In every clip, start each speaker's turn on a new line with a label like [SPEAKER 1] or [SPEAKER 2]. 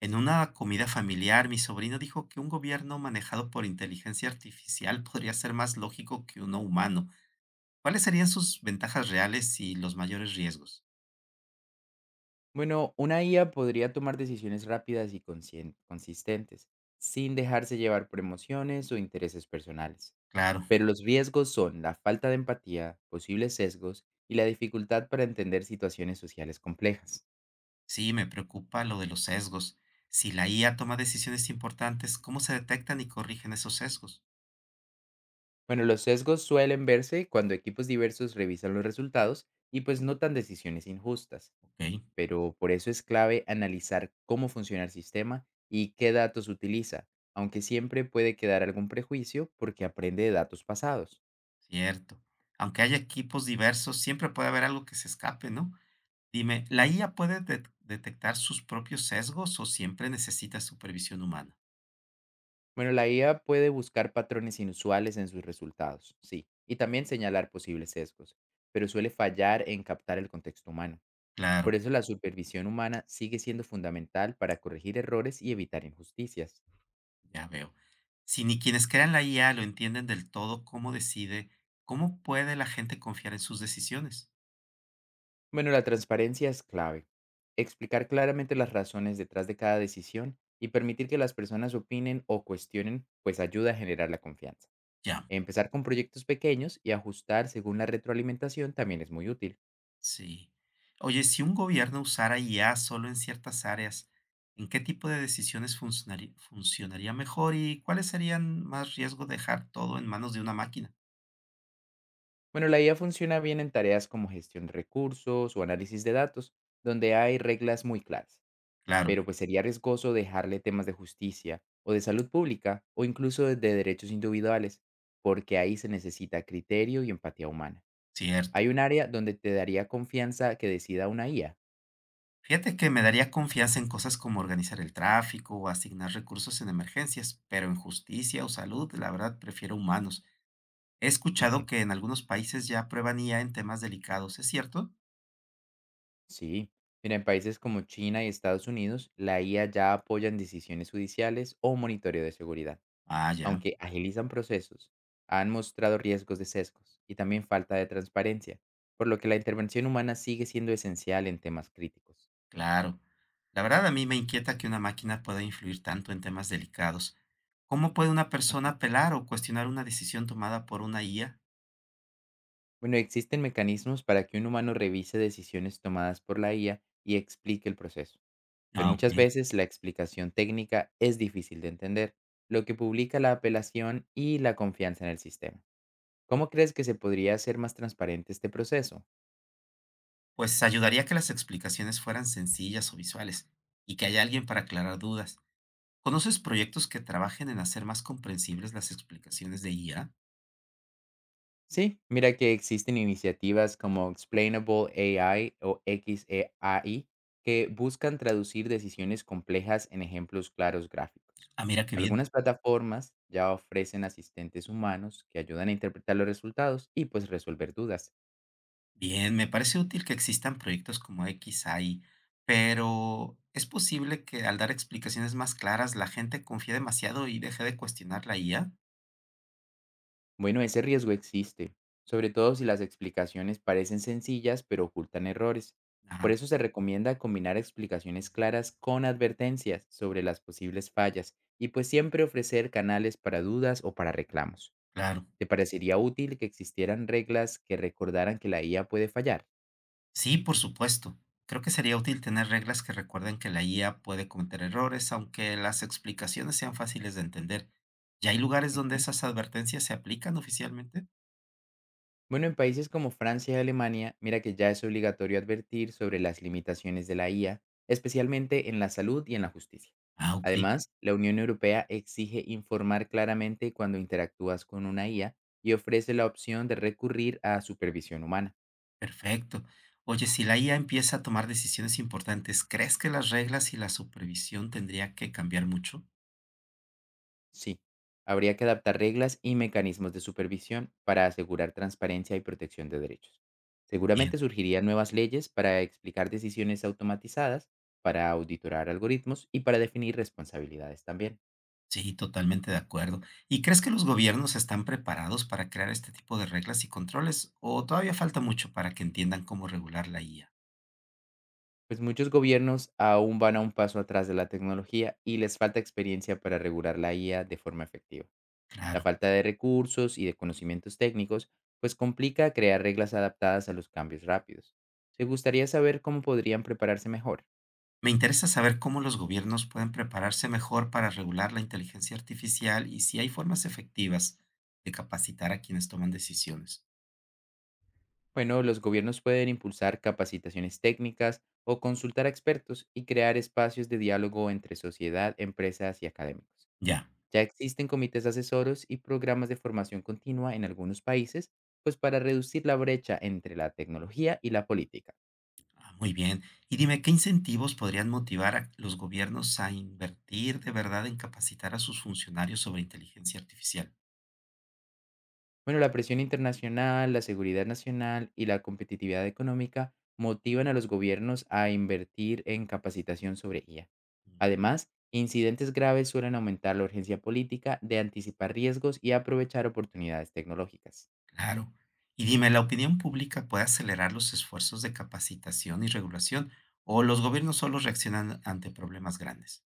[SPEAKER 1] En una comida familiar, mi sobrino dijo que un gobierno manejado por inteligencia artificial podría ser más lógico que uno humano. ¿Cuáles serían sus ventajas reales y los mayores riesgos?
[SPEAKER 2] Bueno, una IA podría tomar decisiones rápidas y consistentes, sin dejarse llevar por emociones o intereses personales.
[SPEAKER 1] Claro,
[SPEAKER 2] Pero los riesgos son la falta de empatía, posibles sesgos y la dificultad para entender situaciones sociales complejas.
[SPEAKER 1] sí, me preocupa lo de los sesgos. Si la IA toma decisiones importantes, ¿cómo se detectan y corrigen esos sesgos?
[SPEAKER 2] Bueno, los sesgos suelen verse cuando equipos diversos revisan los resultados y pues notan decisiones injustas,
[SPEAKER 1] Ok,
[SPEAKER 2] pero por eso es clave analizar cómo funciona el sistema y qué datos utiliza, aunque siempre puede quedar algún prejuicio porque aprende de datos pasados.
[SPEAKER 1] cierto. Aunque haya equipos diversos, siempre puede haber algo que se escape, ¿no? Dime, ¿la IA puede detectar sus propios sesgos o siempre necesita supervisión humana?
[SPEAKER 2] Bueno, la IA puede buscar patrones inusuales en sus resultados, sí, y también señalar posibles sesgos, pero suele fallar en captar el contexto humano.
[SPEAKER 1] Claro.
[SPEAKER 2] Por eso la supervisión humana sigue siendo fundamental para corregir errores y evitar injusticias.
[SPEAKER 1] Ya veo. Si ni quienes crean la IA lo entienden del todo, cómo decide, ¿cómo puede la gente confiar en sus decisiones?
[SPEAKER 2] Bueno, la transparencia es clave. Explicar claramente las razones detrás de cada decisión y permitir que las personas opinen o cuestionen, pues ayuda a generar la confianza.
[SPEAKER 1] Ya,
[SPEAKER 2] Empezar con proyectos pequeños y ajustar según la retroalimentación también es muy útil.
[SPEAKER 1] sí. Oye, si un gobierno usara IA solo en ciertas áreas, ¿en qué tipo de decisiones funcionaría mejor y cuáles serían más riesgo de dejar todo en manos de una máquina?
[SPEAKER 2] Bueno, la IA funciona bien en tareas como gestión de recursos o análisis de datos, donde hay reglas muy claras,
[SPEAKER 1] Claro,
[SPEAKER 2] pero pues sería riesgoso dejarle temas de justicia o de salud pública o incluso de derechos individuales, porque ahí se necesita criterio y empatía humana.
[SPEAKER 1] cierto.
[SPEAKER 2] Hay un área donde te daría confianza que decida una IA.
[SPEAKER 1] Fíjate que me daría confianza en cosas como organizar el tráfico o asignar recursos en emergencias, pero en justicia o salud, la verdad, prefiero humanos. He
[SPEAKER 2] Ujú.
[SPEAKER 1] escuchado que en algunos países ya prueban IA en temas delicados, ¿es cierto?
[SPEAKER 2] Sí. Mira, en países como China y Estados Unidos, la IA ya apoya en decisiones judiciales o monitoreo de seguridad,
[SPEAKER 1] Ah, ya,
[SPEAKER 2] aunque agilizan procesos, han mostrado riesgos de sesgos y también falta de transparencia, por lo que la intervención humana sigue siendo esencial en temas críticos.
[SPEAKER 1] claro. La verdad a mí me inquieta que una máquina pueda influir tanto en temas delicados. ¿Cómo puede una persona
[SPEAKER 2] Ujú.
[SPEAKER 1] apelar o cuestionar una decisión tomada por una IA?
[SPEAKER 2] Bueno, existen mecanismos para que un humano revise decisiones tomadas por la IA y explique el proceso, pero
[SPEAKER 1] Ah, ok.
[SPEAKER 2] muchas veces la explicación técnica es difícil de entender, lo que publica la apelación y la confianza en el sistema. ¿Cómo crees que se podría hacer más transparente este proceso?
[SPEAKER 1] Pues ayudaría que las explicaciones fueran sencillas o visuales y que haya alguien para aclarar dudas. ¿Conoces proyectos que trabajen en hacer más comprensibles las explicaciones de IA?
[SPEAKER 2] Sí, mira que existen iniciativas como Explainable AI o XAI que buscan traducir decisiones complejas en ejemplos claros gráficos.
[SPEAKER 1] Ah, mira qué bien.
[SPEAKER 2] Algunas plataformas ya ofrecen asistentes humanos que ayudan a interpretar los resultados y pues resolver dudas.
[SPEAKER 1] Bien, me parece útil que existan proyectos como XAI, pero ¿es posible que al dar explicaciones más claras la gente confíe demasiado y deje de cuestionar la IA?
[SPEAKER 2] Bueno, ese riesgo existe, sobre todo si las explicaciones parecen sencillas pero ocultan errores.
[SPEAKER 1] Ah,
[SPEAKER 2] Por eso se recomienda combinar explicaciones claras con advertencias sobre las posibles fallas y pues siempre ofrecer canales para dudas o para reclamos.
[SPEAKER 1] claro.
[SPEAKER 2] ¿Te parecería útil que existieran reglas que recordaran que la IA puede fallar?
[SPEAKER 1] Sí, por supuesto. Creo que sería útil tener reglas que recuerden que la IA puede cometer errores, aunque las explicaciones sean fáciles de entender. ¿Ya hay lugares donde
[SPEAKER 2] Ujú.
[SPEAKER 1] esas advertencias se aplican oficialmente?
[SPEAKER 2] Bueno, en países como Francia y Alemania, mira que ya es obligatorio advertir sobre las limitaciones de la IA, especialmente en la salud y en la justicia.
[SPEAKER 1] Ah, ok.
[SPEAKER 2] Además, la Unión Europea exige informar claramente cuando interactúas con una IA y ofrece la opción de recurrir a supervisión humana.
[SPEAKER 1] Perfecto. Oye, si la IA empieza a tomar decisiones importantes, ¿crees que las reglas y la supervisión tendría que cambiar mucho?
[SPEAKER 2] Sí, habría que adaptar reglas y mecanismos de supervisión para asegurar transparencia y protección de derechos.
[SPEAKER 1] Bien,
[SPEAKER 2] Seguramente surgirían nuevas leyes para explicar decisiones automatizadas, para auditorar algoritmos y para definir responsabilidades también.
[SPEAKER 1] sí, totalmente de acuerdo. ¿Y crees que los gobiernos están preparados para crear este tipo de reglas y controles o todavía falta mucho para que entiendan cómo regular la IA?
[SPEAKER 2] Pues muchos gobiernos aún van a un paso atrás de la tecnología y les falta experiencia para regular la IA de forma efectiva. La
[SPEAKER 1] Claro.
[SPEAKER 2] falta de recursos y de conocimientos técnicos pues complica crear reglas adaptadas a los cambios rápidos. ¿Te gustaría saber cómo podrían prepararse mejor?
[SPEAKER 1] Me interesa saber cómo los gobiernos pueden prepararse mejor para regular la inteligencia artificial y si hay formas efectivas de capacitar a quienes toman decisiones.
[SPEAKER 2] Bueno, los gobiernos pueden impulsar capacitaciones técnicas o consultar a expertos y crear espacios de diálogo entre sociedad, empresas y académicos.
[SPEAKER 1] Ya.
[SPEAKER 2] Ya existen comités asesoros y programas de formación continua en algunos países, pues para reducir la brecha entre la tecnología y la política.
[SPEAKER 1] Ah, muy bien. Y dime, ¿qué incentivos podrían motivar a los gobiernos a invertir de verdad en capacitar a sus funcionarios sobre inteligencia artificial?
[SPEAKER 2] Bueno, la presión internacional, la seguridad nacional y la competitividad económica motivan a los gobiernos a invertir en capacitación sobre IA.
[SPEAKER 1] Mm,
[SPEAKER 2] Además, incidentes graves suelen aumentar la urgencia política de anticipar riesgos y aprovechar oportunidades tecnológicas.
[SPEAKER 1] claro. Y dime, ¿la opinión pública puede acelerar los esfuerzos de capacitación y regulación o los gobiernos solo reaccionan ante problemas grandes?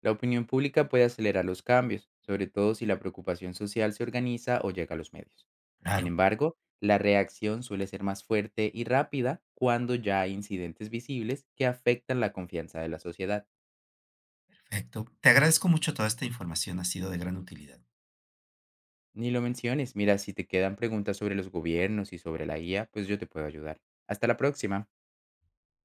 [SPEAKER 2] La opinión pública puede acelerar los cambios, sobre todo si la preocupación social se organiza o llega a los medios. Sin
[SPEAKER 1] Claro.
[SPEAKER 2] embargo, la reacción suele ser más fuerte y rápida cuando ya hay incidentes visibles que afectan la confianza de la sociedad.
[SPEAKER 1] Perfecto. Te agradezco mucho toda esta información, ha sido de gran utilidad.
[SPEAKER 2] Ni lo menciones. Mira, si te quedan preguntas sobre los gobiernos y sobre la IA, pues yo te puedo ayudar. Hasta la próxima.